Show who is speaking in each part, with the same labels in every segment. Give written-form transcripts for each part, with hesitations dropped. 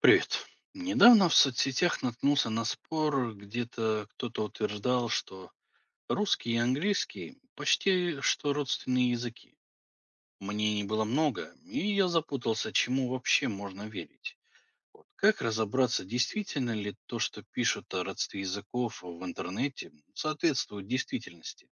Speaker 1: Привет. Недавно в соцсетях наткнулся на спор, где-то кто-то утверждал, что русский и английский почти что родственные языки. Мнений было много, и я запутался, чему вообще можно верить. Вот как разобраться, действительно ли то, что пишут о родстве языков в интернете, соответствует действительности?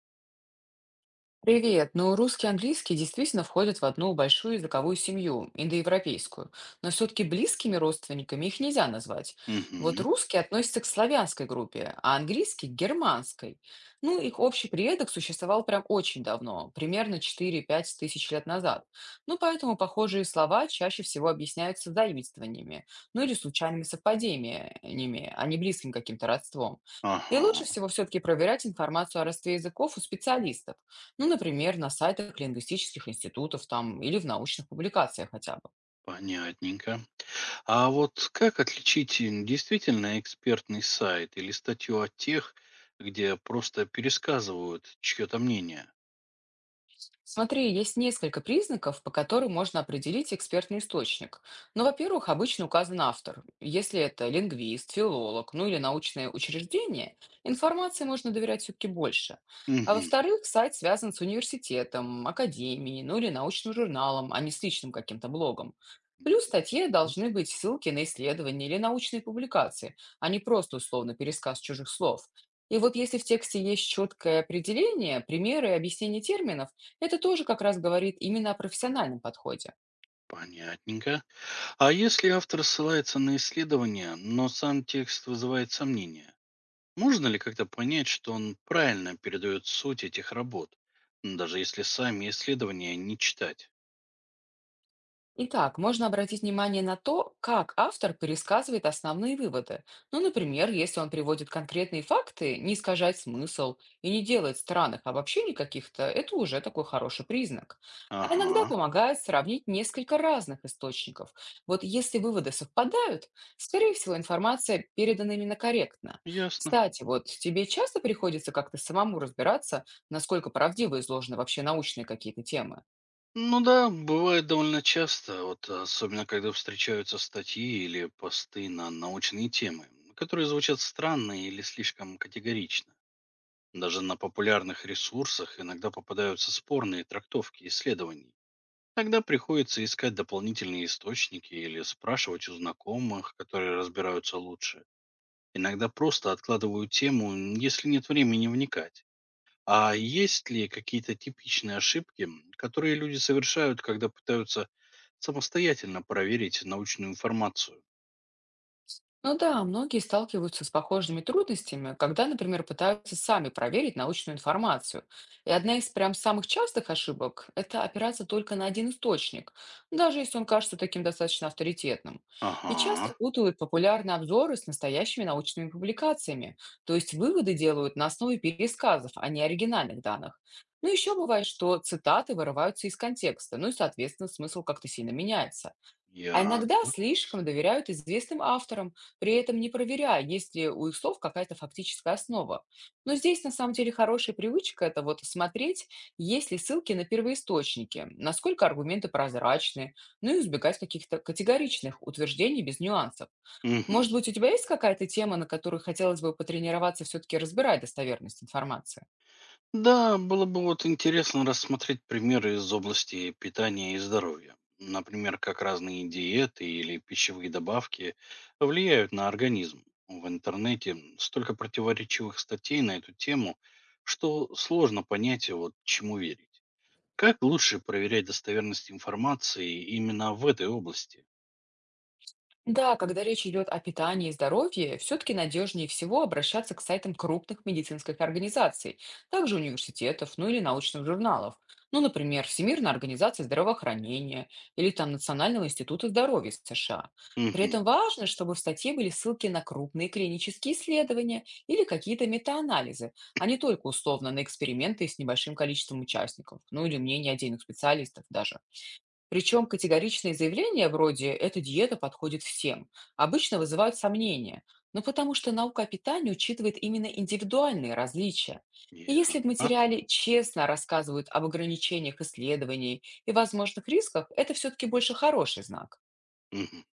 Speaker 2: Привет. Ну, русский и английский действительно входят в одну большую языковую семью, индоевропейскую, но все-таки близкими родственниками их нельзя назвать. Вот
Speaker 1: Угу,
Speaker 2: русский относится к славянской группе, а английский– к германской. Ну, их общий предок существовал прям очень давно, примерно четыре-пять тысяч лет назад. Ну, поэтому похожие слова чаще всего объясняются заимствованиями, ну или случайными совпадениями, а не близким каким-то родством. И лучше
Speaker 1: ага,
Speaker 2: всего все-таки проверять информацию о родстве языков у специалистов. Ну, например, на сайтах лингвистических институтов там или в научных публикациях хотя бы.
Speaker 1: понятненько. А вот как отличить действительно экспертный сайт или статью от тех, где просто пересказывают чье-то мнение?
Speaker 2: Смотри, есть несколько признаков, по которым можно определить экспертный источник. Ну, во-первых, обычно указан автор. Если это лингвист, филолог, ну или научное учреждение, информации можно доверять все-таки больше. А
Speaker 1: Мгм.
Speaker 2: во-вторых, сайт связан с университетом, академией, ну или научным журналом, а не с личным каким-то блогом. Плюс в статье
Speaker 1: Мгм.
Speaker 2: должны быть ссылки на исследования или научные публикации, а не просто условно пересказ чужих слов. И вот если в тексте есть четкое определение, примеры и объяснение терминов, это тоже как раз говорит именно о профессиональном подходе.
Speaker 1: Понятненько. А если автор ссылается на исследование, но сам текст вызывает сомнения, можно ли как-то понять, что он правильно передает суть этих работ, даже если сами исследования не читать?
Speaker 2: Итак, можно обратить внимание на то, как автор пересказывает основные выводы. Ну, например, если он приводит конкретные факты, не искажает смысл и не делает странных обобщений каких-то, это уже такой хороший признак. А
Speaker 1: Ага,
Speaker 2: иногда помогает сравнить несколько разных источников. Вот если выводы совпадают, скорее всего, информация передана именно корректно.
Speaker 1: ясно.
Speaker 2: Кстати, вот тебе часто приходится как-то самому разбираться, насколько правдиво изложены вообще научные какие-то темы?
Speaker 1: Ну да, бывает довольно часто, вот особенно когда встречаются статьи или посты на научные темы, которые звучат странно или слишком категорично. Даже на популярных ресурсах иногда попадаются спорные трактовки исследований. Тогда приходится искать дополнительные источники или спрашивать у знакомых, которые разбираются лучше. Иногда просто откладываю тему, если нет времени вникать. А есть ли какие-то типичные ошибки, которые люди совершают, когда пытаются самостоятельно проверить научную информацию?
Speaker 2: Ну да, многие сталкиваются с похожими трудностями, когда, например, пытаются сами проверить научную информацию. И одна из прям самых частых ошибок– это опираться только на один источник, даже если он кажется таким достаточно авторитетным. И часто
Speaker 1: Ага,
Speaker 2: путают популярные обзоры с настоящими научными публикациями, то есть выводы делают на основе пересказов, а не оригинальных данных. Ну еще бывает, что цитаты вырываются из контекста, ну и, соответственно, смысл как-то сильно меняется. А
Speaker 1: я.
Speaker 2: иногда слишком доверяют известным авторам, при этом не проверяя, есть ли у их слов какая-то фактическая основа. Но здесь на самом деле хорошая привычка– это вот смотреть, есть ли ссылки на первоисточники, насколько аргументы прозрачны, ну и избегать каких-то категоричных утверждений без нюансов.
Speaker 1: Мгм.
Speaker 2: Может быть, у тебя есть какая-то тема, на которой хотелось бы потренироваться все-таки разбирать достоверность информации?
Speaker 1: Да, было бы вот интересно рассмотреть примеры из области питания и здоровья. Например, как разные диеты или пищевые добавки влияют на организм. В интернете столько противоречивых статей на эту тему, что сложно понять, вот чему верить. Как лучше проверять достоверность информации именно в этой области?
Speaker 2: Да, когда речь идет о питании и здоровье, все-таки надежнее всего обращаться к сайтам крупных медицинских организаций, также университетов, ну или научных журналов. Ну, например, Всемирная организация здравоохранения или там Национального института здоровья США. При
Speaker 1: Мгм.
Speaker 2: этом важно, чтобы в статье были ссылки на крупные клинические исследования или какие-то метаанализы, а не только условно на эксперименты с небольшим количеством участников, ну или мнение отдельных специалистов даже. Причем категоричные заявления вроде «эта диета подходит всем» обычно вызывают сомнения, но потому что наука о питании учитывает именно индивидуальные различия. И если в
Speaker 1: Ясно.
Speaker 2: материале честно рассказывают об ограничениях исследований и возможных рисках, это все-таки больше хороший знак.
Speaker 1: Мгм.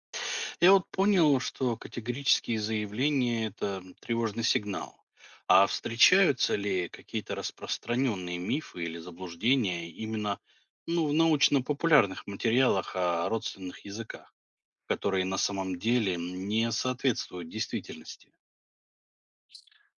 Speaker 1: Я вот понял, что категорические заявления– это тревожный сигнал. А встречаются ли какие-то распространенные мифы или заблуждения именно ну, в научно-популярных материалах о родственных языках, которые на самом деле не соответствуют действительности?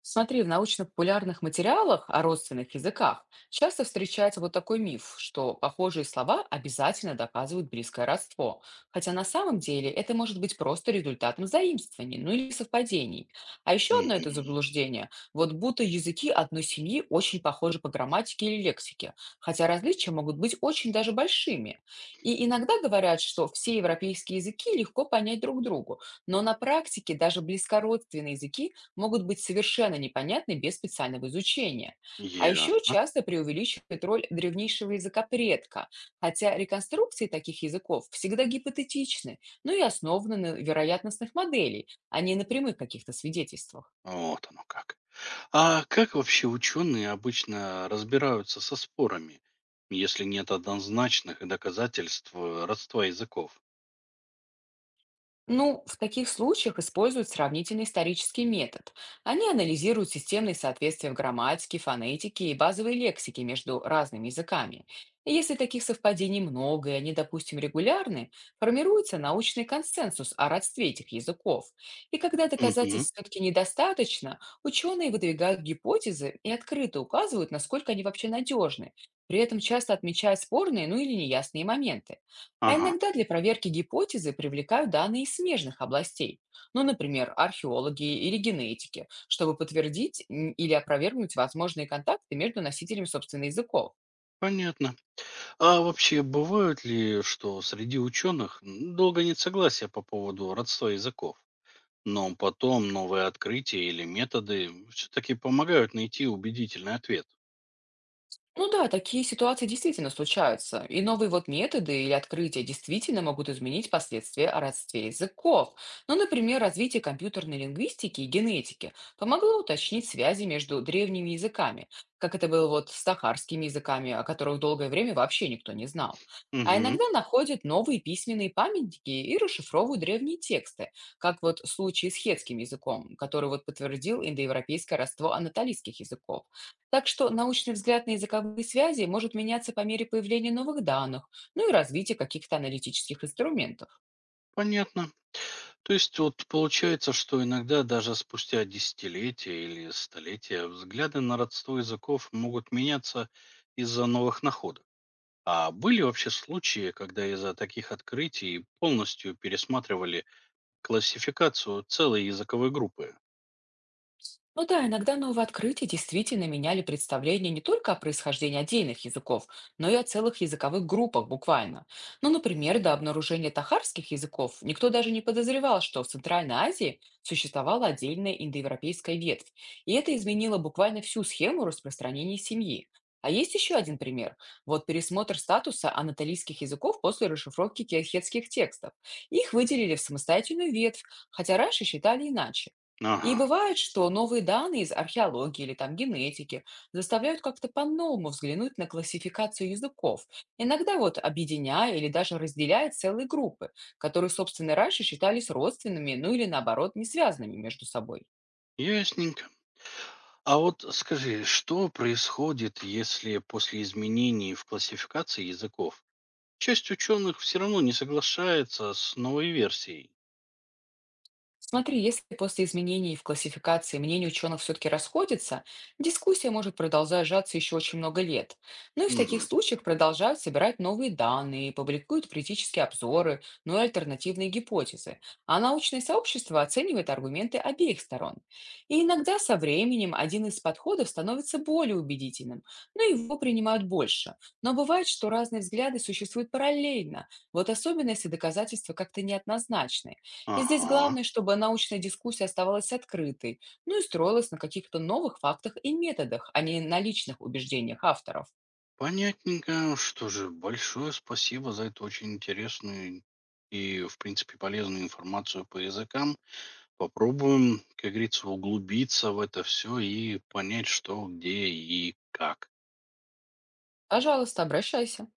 Speaker 2: Смотри, в научно-популярных материалах о родственных языках часто встречается вот такой миф, что похожие слова обязательно доказывают близкое родство, хотя на самом деле это может быть просто результатом заимствований, ну или совпадений. А еще одно это
Speaker 1: Мгм.
Speaker 2: заблуждение, вот будто языки одной семьи очень похожи по грамматике или лексике, хотя различия могут быть очень даже большими. И иногда говорят, что все европейские языки легко понять друг другу, но на практике даже близкородственные языки могут быть совершенно непонятны без специального изучения. А
Speaker 1: Ясно.
Speaker 2: еще часто преувеличивают роль древнейшего языка предка, хотя реконструкции таких языков всегда гипотетичны, но и основаны на вероятностных моделей, а не на прямых каких-то свидетельствах.
Speaker 1: Вот оно как. А как вообще ученые обычно разбираются со спорами, если нет однозначных доказательств родства языков?
Speaker 2: Ну, в таких случаях используют сравнительный исторический метод. Они анализируют системные соответствия в грамматике, фонетике и базовой лексике между разными языками. И если таких совпадений много и они, допустим, регулярны, формируется научный консенсус о родстве этих языков. И когда
Speaker 1: Мгм.
Speaker 2: доказательств все-таки недостаточно, ученые выдвигают гипотезы и открыто указывают, насколько они вообще надежны. При этом часто отмечая спорные, ну или неясные моменты. А
Speaker 1: Ага,
Speaker 2: иногда для проверки гипотезы привлекают данные из смежных областей, ну, например, археологи или генетики, чтобы подтвердить или опровергнуть возможные контакты между носителями собственных языков.
Speaker 1: понятно. А вообще бывают ли, что среди ученых долго нет согласия по поводу родства языков? Но потом новые открытия или методы все-таки помогают найти убедительный ответ.
Speaker 2: Ну да, такие ситуации действительно случаются, и новые вот методы или открытия действительно могут изменить последствия о родстве языков. Ну, например, развитие компьютерной лингвистики и генетики помогло уточнить связи между древними языками, как это было вот с сахарскими языками, о которых долгое время вообще никто не знал. А
Speaker 1: Мгм.
Speaker 2: иногда находят новые письменные памятники и расшифровывают древние тексты, как вот в случае с хетским языком, который вот подтвердил индоевропейское родство анатолийских языков. Так что научный взгляд на языковые связи может меняться по мере появления новых данных, ну и развития каких-то аналитических инструментов.
Speaker 1: Понятно. То есть вот получается, что иногда даже спустя десятилетия или столетия взгляды на родство языков могут меняться из-за новых находок. А были вообще случаи, когда из-за таких открытий полностью пересматривали классификацию целой языковой группы?
Speaker 2: Ну да, иногда новые открытия действительно меняли представление не только о происхождении отдельных языков, но и о целых языковых группах буквально. Ну, например, до обнаружения тахарских языков никто даже не подозревал, что в Центральной Азии существовала отдельная индоевропейская ветвь, и это изменило буквально всю схему распространения семьи. А есть еще один пример. Вот пересмотр статуса анатолийских языков после расшифровки кельхетских текстов. Их выделили в самостоятельную ветвь, хотя раньше считали иначе. И
Speaker 1: Ага,
Speaker 2: бывает, что новые данные из археологии или там генетики заставляют как-то по-новому взглянуть на классификацию языков. Иногда вот объединяя или даже разделяя целые группы, которые, собственно, раньше считались родственными, ну или наоборот, не связанными между собой.
Speaker 1: ясненько. А вот скажи, что происходит, если после изменений в классификации языков часть ученых все равно не соглашается с новой версией?
Speaker 2: Смотри, если после изменений в классификации мнения ученых все-таки расходятся, дискуссия может продолжаться еще очень много лет. Ну и в
Speaker 1: Мгм.
Speaker 2: таких случаях продолжают собирать новые данные, публикуют критические обзоры, ну и альтернативные гипотезы. А научное сообщество оценивает аргументы обеих сторон. И иногда со временем один из подходов становится более убедительным, но его принимают больше. Но бывает, что разные взгляды существуют параллельно, вот особенно если доказательства как-то неоднозначны. И здесь
Speaker 1: Ага.
Speaker 2: главное, чтобы научная дискуссия оставалась открытой, ну и строилась на каких-то новых фактах и методах, а не на личных убеждениях авторов.
Speaker 1: Понятненько. Что же, большое спасибо за эту очень интересную и, в принципе, полезную информацию по языкам. Попробуем, как говорится, углубиться в это все и понять, что, где и как.
Speaker 2: Пожалуйста, обращайся.